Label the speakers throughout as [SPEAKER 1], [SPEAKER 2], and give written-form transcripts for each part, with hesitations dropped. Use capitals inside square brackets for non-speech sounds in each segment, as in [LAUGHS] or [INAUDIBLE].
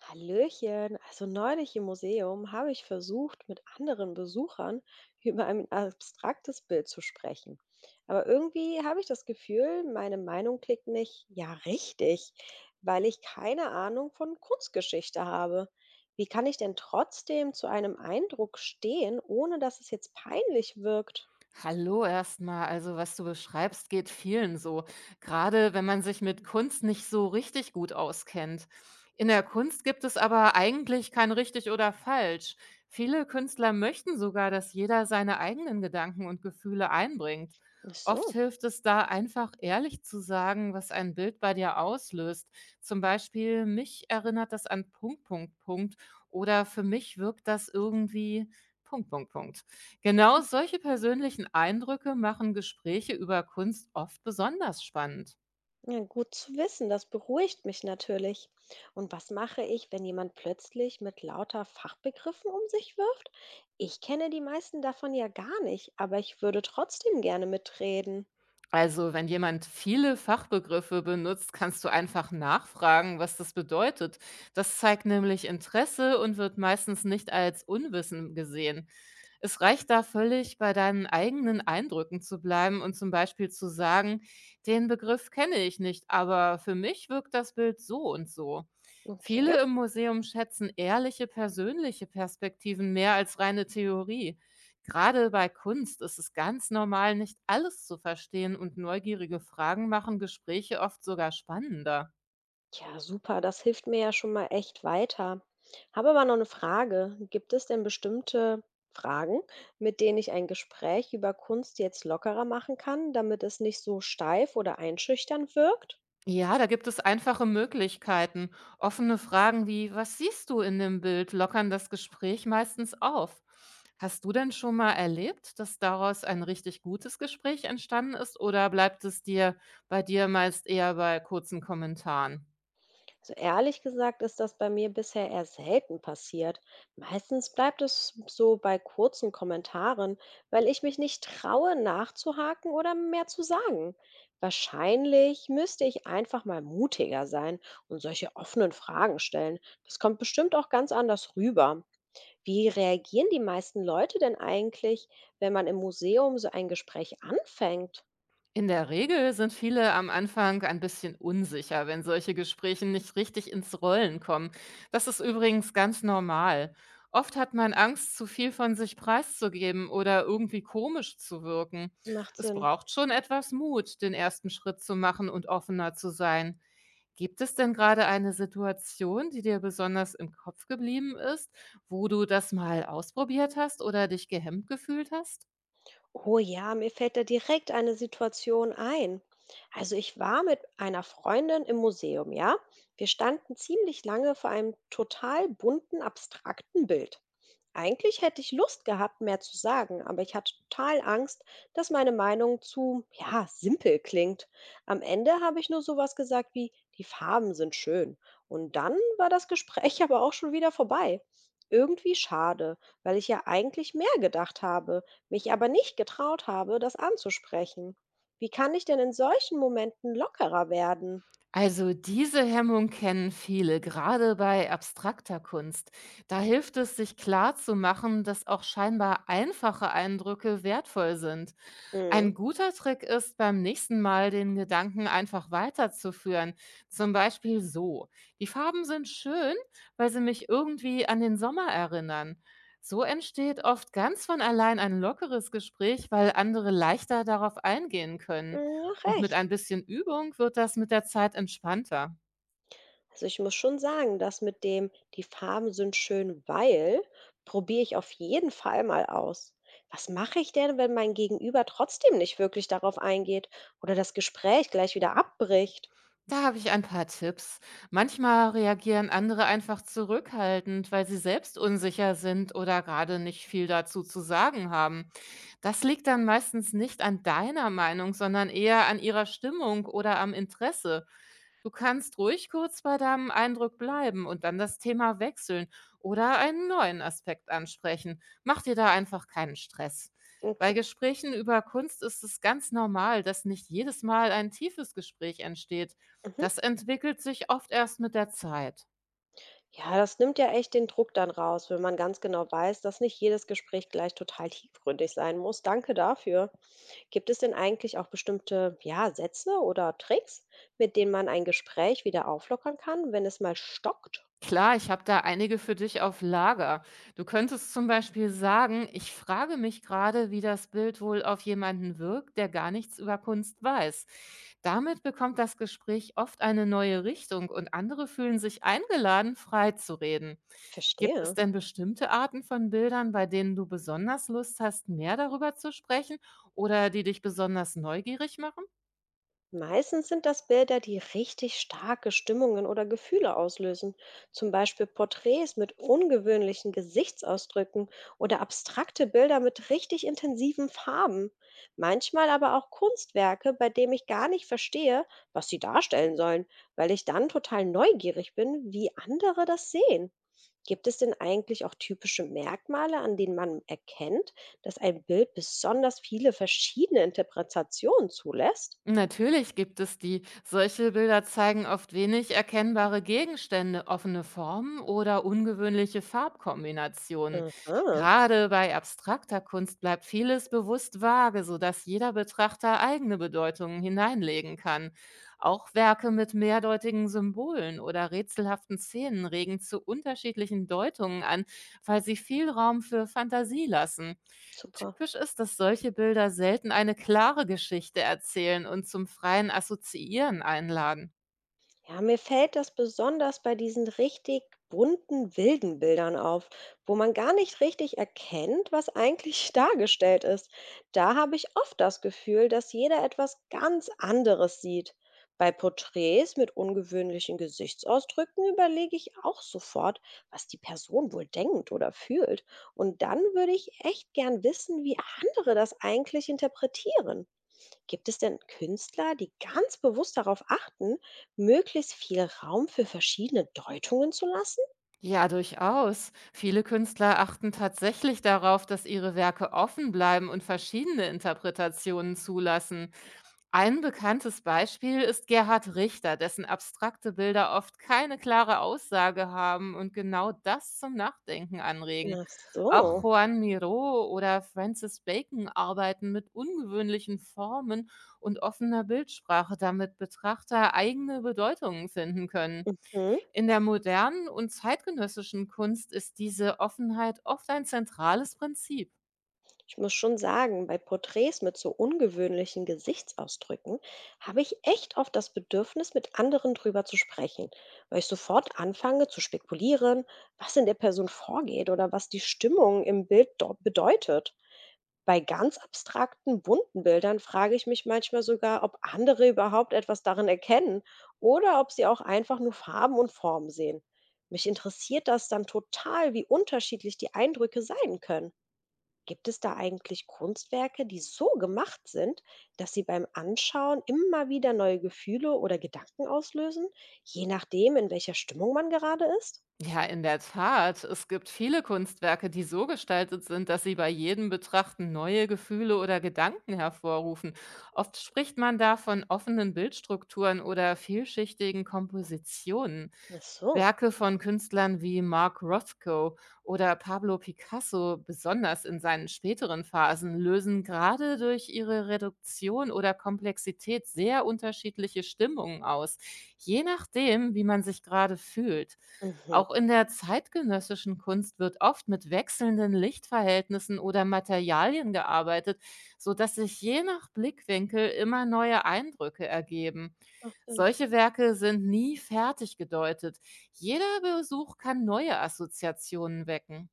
[SPEAKER 1] Hallöchen, also neulich im Museum habe ich versucht, mit anderen Besuchern über ein abstraktes Bild zu sprechen. Aber irgendwie habe ich das Gefühl, meine Meinung klingt nicht ja richtig, weil ich keine Ahnung von Kunstgeschichte habe. Wie kann ich denn trotzdem zu einem Eindruck stehen, ohne dass es jetzt peinlich wirkt?
[SPEAKER 2] Hallo erstmal. Also, was du beschreibst, geht vielen so. Gerade wenn man sich mit Kunst nicht so richtig gut auskennt. In der Kunst gibt es aber eigentlich kein richtig oder falsch. Viele Künstler möchten sogar, dass jeder seine eigenen Gedanken und Gefühle einbringt.
[SPEAKER 1] Ach
[SPEAKER 2] Oft
[SPEAKER 1] so.
[SPEAKER 2] hilft es da einfach ehrlich zu sagen, was ein Bild bei dir auslöst. Zum Beispiel, mich erinnert das an Punkt, Punkt, Punkt. Oder für mich wirkt das irgendwie Punkt, Punkt, Punkt. Genau solche persönlichen Eindrücke machen Gespräche über Kunst oft besonders spannend.
[SPEAKER 1] Ja, gut zu wissen, das beruhigt mich natürlich. Und was mache ich, wenn jemand plötzlich mit lauter Fachbegriffen um sich wirft? Ich kenne die meisten davon ja gar nicht, aber ich würde trotzdem gerne mitreden.
[SPEAKER 2] Also wenn jemand viele Fachbegriffe benutzt, kannst du einfach nachfragen, was das bedeutet. Das zeigt nämlich Interesse und wird meistens nicht als Unwissen gesehen. Es reicht da völlig, bei deinen eigenen Eindrücken zu bleiben und zum Beispiel zu sagen: „Den Begriff kenne ich nicht, aber für mich wirkt das Bild so und so.“
[SPEAKER 1] Okay.
[SPEAKER 2] Viele im Museum schätzen ehrliche, persönliche Perspektiven mehr als reine Theorie. Gerade bei Kunst ist es ganz normal, nicht alles zu verstehen, und neugierige Fragen machen Gespräche oft sogar spannender.
[SPEAKER 1] Ja, super, das hilft mir ja schon mal echt weiter. Habe aber noch eine Frage. Gibt es denn bestimmte Fragen, mit denen ich ein Gespräch über Kunst jetzt lockerer machen kann, damit es nicht so steif oder einschüchtern wirkt?
[SPEAKER 2] Ja, da gibt es einfache Möglichkeiten. Offene Fragen wie, was siehst du in dem Bild, lockern das Gespräch meistens auf. Hast du denn schon mal erlebt, dass daraus ein richtig gutes Gespräch entstanden ist, oder bleibt es dir bei dir meist eher bei kurzen Kommentaren?
[SPEAKER 1] Also ehrlich gesagt ist das bei mir bisher eher selten passiert. Meistens bleibt es so bei kurzen Kommentaren, weil ich mich nicht traue, nachzuhaken oder mehr zu sagen. Wahrscheinlich müsste ich einfach mal mutiger sein und solche offenen Fragen stellen. Das kommt bestimmt auch ganz anders rüber. Wie reagieren die meisten Leute denn eigentlich, wenn man im Museum so ein Gespräch anfängt?
[SPEAKER 2] In der Regel sind viele am Anfang ein bisschen unsicher, wenn solche Gespräche nicht richtig ins Rollen kommen. Das ist übrigens ganz normal. Oft hat man Angst, zu viel von sich preiszugeben oder irgendwie komisch zu wirken.
[SPEAKER 1] Macht
[SPEAKER 2] Es
[SPEAKER 1] Sinn.
[SPEAKER 2] braucht schon etwas Mut, den ersten Schritt zu machen und offener zu sein. Gibt es denn gerade eine Situation, die dir besonders im Kopf geblieben ist, wo du das mal ausprobiert hast oder dich gehemmt gefühlt hast?
[SPEAKER 1] Oh ja, mir fällt da direkt eine Situation ein. Also ich war mit einer Freundin im Museum, ja. Wir standen ziemlich lange vor einem total bunten, abstrakten Bild. Eigentlich hätte ich Lust gehabt, mehr zu sagen, aber ich hatte total Angst, dass meine Meinung zu, ja, simpel klingt. Am Ende habe ich nur sowas gesagt wie, die Farben sind schön. Und dann war das Gespräch [LAUGHS] aber auch schon wieder vorbei. Irgendwie schade, weil ich ja eigentlich mehr gedacht habe, mich aber nicht getraut habe, das anzusprechen. Wie kann ich denn in solchen Momenten lockerer werden?
[SPEAKER 2] Also diese Hemmung kennen viele, gerade bei abstrakter Kunst. Da hilft es, sich klarzumachen, dass auch scheinbar einfache Eindrücke wertvoll sind.
[SPEAKER 1] Mhm.
[SPEAKER 2] Ein guter Trick ist, beim nächsten Mal den Gedanken einfach weiterzuführen. Zum Beispiel so. Die Farben sind schön, weil sie mich irgendwie an den Sommer erinnern. So entsteht oft ganz von allein ein lockeres Gespräch, weil andere leichter darauf eingehen können.
[SPEAKER 1] Mhm, ja,
[SPEAKER 2] Und mit
[SPEAKER 1] recht.
[SPEAKER 2] ein bisschen Übung wird das mit der Zeit entspannter.
[SPEAKER 1] Also ich muss schon sagen, dass mit dem, die Farben sind schön, weil, probiere ich auf jeden Fall mal aus. Was mache ich denn, wenn mein Gegenüber trotzdem nicht wirklich darauf eingeht oder das Gespräch gleich wieder abbricht?
[SPEAKER 2] Da habe ich ein paar Tipps. Manchmal reagieren andere einfach zurückhaltend, weil sie selbst unsicher sind oder gerade nicht viel dazu zu sagen haben. Das liegt dann meistens nicht an deiner Meinung, sondern eher an ihrer Stimmung oder am Interesse. Du kannst ruhig kurz bei deinem Eindruck bleiben und dann das Thema wechseln oder einen neuen Aspekt ansprechen. Mach dir da einfach keinen Stress. Bei
[SPEAKER 1] Okay.
[SPEAKER 2] Gesprächen über Kunst ist es ganz normal, dass nicht jedes Mal ein tiefes Gespräch entsteht.
[SPEAKER 1] Mhm.
[SPEAKER 2] Das entwickelt sich oft erst mit der Zeit.
[SPEAKER 1] Ja, das nimmt ja echt den Druck dann raus, wenn man ganz genau weiß, dass nicht jedes Gespräch gleich total tiefgründig sein muss. Danke dafür. Gibt es denn eigentlich auch bestimmte, ja, Sätze oder Tricks, mit denen man ein Gespräch wieder auflockern kann, wenn es mal stockt?
[SPEAKER 2] Klar, ich habe da einige für dich auf Lager. Du könntest zum Beispiel sagen, ich frage mich gerade, wie das Bild wohl auf jemanden wirkt, der gar nichts über Kunst weiß. Damit bekommt das Gespräch oft eine neue Richtung und andere fühlen sich eingeladen, frei zu reden. Gibt es
[SPEAKER 1] Verstehe.
[SPEAKER 2] denn bestimmte Arten von Bildern, bei denen du besonders Lust hast, mehr darüber zu sprechen oder die dich besonders neugierig machen?
[SPEAKER 1] Meistens sind das Bilder, die richtig starke Stimmungen oder Gefühle auslösen. Zum Beispiel Porträts mit ungewöhnlichen Gesichtsausdrücken oder abstrakte Bilder mit richtig intensiven Farben. Manchmal aber auch Kunstwerke, bei denen ich gar nicht verstehe, was sie darstellen sollen, weil ich dann total neugierig bin, wie andere das sehen. Gibt es denn eigentlich auch typische Merkmale, an denen man erkennt, dass ein Bild besonders viele verschiedene Interpretationen zulässt?
[SPEAKER 2] Natürlich gibt es die. Solche Bilder zeigen oft wenig erkennbare Gegenstände, offene Formen oder ungewöhnliche Farbkombinationen.
[SPEAKER 1] Aha,
[SPEAKER 2] Gerade bei abstrakter Kunst bleibt vieles bewusst vage, sodass jeder Betrachter eigene Bedeutungen hineinlegen kann. Auch Werke mit mehrdeutigen Symbolen oder rätselhaften Szenen regen zu unterschiedlichen Deutungen an, weil sie viel Raum für Fantasie lassen.
[SPEAKER 1] super.
[SPEAKER 2] Typisch ist, dass solche Bilder selten eine klare Geschichte erzählen und zum freien Assoziieren einladen.
[SPEAKER 1] Ja, mir fällt das besonders bei diesen richtig bunten, wilden Bildern auf, wo man gar nicht richtig erkennt, was eigentlich [LAUGHS] dargestellt ist. Da habe ich oft das Gefühl, dass jeder etwas ganz anderes sieht. Bei Porträts mit ungewöhnlichen Gesichtsausdrücken überlege ich auch sofort, was die Person wohl denkt oder fühlt. Und dann würde ich echt gern wissen, wie andere das eigentlich interpretieren. Gibt es denn Künstler, die ganz bewusst darauf achten, möglichst viel Raum für verschiedene Deutungen zu lassen?
[SPEAKER 2] Ja, durchaus. Viele Künstler achten tatsächlich darauf, dass ihre Werke offen bleiben und verschiedene Interpretationen zulassen. Ein bekanntes Beispiel ist Gerhard Richter, dessen abstrakte Bilder oft keine klare Aussage haben und genau das zum Nachdenken anregen.
[SPEAKER 1] Ach
[SPEAKER 2] Auch
[SPEAKER 1] so.
[SPEAKER 2] Juan Miró oder Francis Bacon arbeiten mit ungewöhnlichen Formen und offener Bildsprache, damit Betrachter eigene Bedeutungen finden können.
[SPEAKER 1] Hm.
[SPEAKER 2] In der modernen und zeitgenössischen Kunst ist diese Offenheit oft ein zentrales Prinzip.
[SPEAKER 1] Ich muss schon sagen, bei Porträts mit so ungewöhnlichen Gesichtsausdrücken habe ich echt oft das Bedürfnis, mit anderen drüber zu sprechen, weil ich sofort anfange zu spekulieren, was in der Person vorgeht oder was die Stimmung im Bild dort bedeutet. Bei ganz abstrakten, bunten Bildern frage ich mich manchmal sogar, ob andere überhaupt etwas darin erkennen oder ob sie auch einfach nur Farben und Formen sehen. Mich interessiert das dann total, wie unterschiedlich die Eindrücke sein können. Gibt es da eigentlich Kunstwerke, die so gemacht sind, dass sie beim Anschauen immer wieder neue Gefühle oder Gedanken auslösen, je nachdem, in welcher Stimmung man gerade ist?
[SPEAKER 2] Ja, in der Tat. Es gibt viele Kunstwerke, die so gestaltet sind, dass sie bei jedem Betrachten neue Gefühle oder Gedanken hervorrufen. Oft spricht man da von offenen Bildstrukturen oder vielschichtigen Kompositionen.
[SPEAKER 1] Ach so.
[SPEAKER 2] Werke von Künstlern wie Mark Rothko oder Pablo Picasso, besonders in seinen späteren Phasen, lösen gerade durch ihre Reduktion oder Komplexität sehr unterschiedliche Stimmungen aus, je nachdem, wie man sich gerade fühlt.
[SPEAKER 1] Mhm.
[SPEAKER 2] Auch in der zeitgenössischen Kunst wird oft mit wechselnden Lichtverhältnissen oder Materialien gearbeitet, sodass sich je nach Blickwinkel immer neue Eindrücke ergeben.
[SPEAKER 1] Macht Sinn.
[SPEAKER 2] Solche Werke sind nie fertig gedeutet. Jeder Besuch kann neue Assoziationen wecken.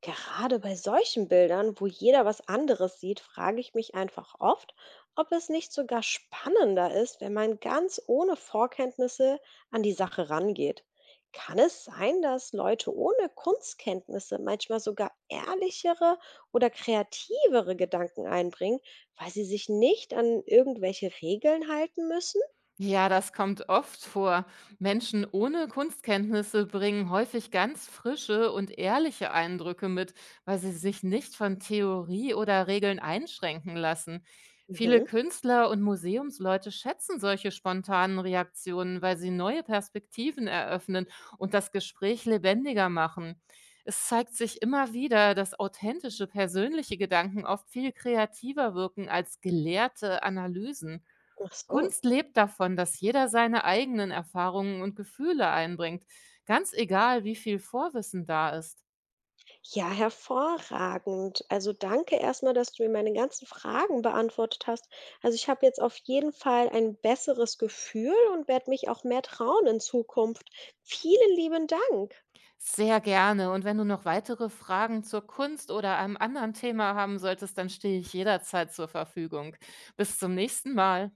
[SPEAKER 1] Gerade bei solchen Bildern, wo jeder was anderes sieht, frage ich mich einfach oft, ob es nicht sogar spannender ist, wenn man ganz ohne Vorkenntnisse an die Sache rangeht. Kann es sein, dass Leute ohne Kunstkenntnisse manchmal sogar ehrlichere oder kreativere Gedanken einbringen, weil sie sich nicht an irgendwelche Regeln halten müssen?
[SPEAKER 2] Ja, das kommt oft vor. Menschen ohne Kunstkenntnisse bringen häufig ganz frische und ehrliche Eindrücke mit, weil sie sich nicht von Theorie oder Regeln einschränken lassen. Viele
[SPEAKER 1] Mhm.
[SPEAKER 2] Künstler und Museumsleute schätzen solche spontanen Reaktionen, weil sie neue Perspektiven eröffnen und das Gespräch lebendiger machen. Es zeigt sich immer wieder, dass authentische, persönliche Gedanken oft viel kreativer wirken als gelehrte Analysen.
[SPEAKER 1] Ach so.
[SPEAKER 2] Kunst lebt davon, dass jeder seine eigenen Erfahrungen und Gefühle einbringt, ganz egal, wie viel Vorwissen da ist.
[SPEAKER 1] Ja, hervorragend. Also danke erstmal, dass du mir meine ganzen Fragen beantwortet hast. Also ich habe jetzt auf jeden Fall ein besseres Gefühl und werde mich auch mehr trauen in Zukunft. Vielen lieben Dank.
[SPEAKER 2] Sehr gerne. Und wenn du noch weitere Fragen zur Kunst oder einem anderen Thema haben solltest, dann stehe ich jederzeit zur Verfügung. Bis zum nächsten Mal.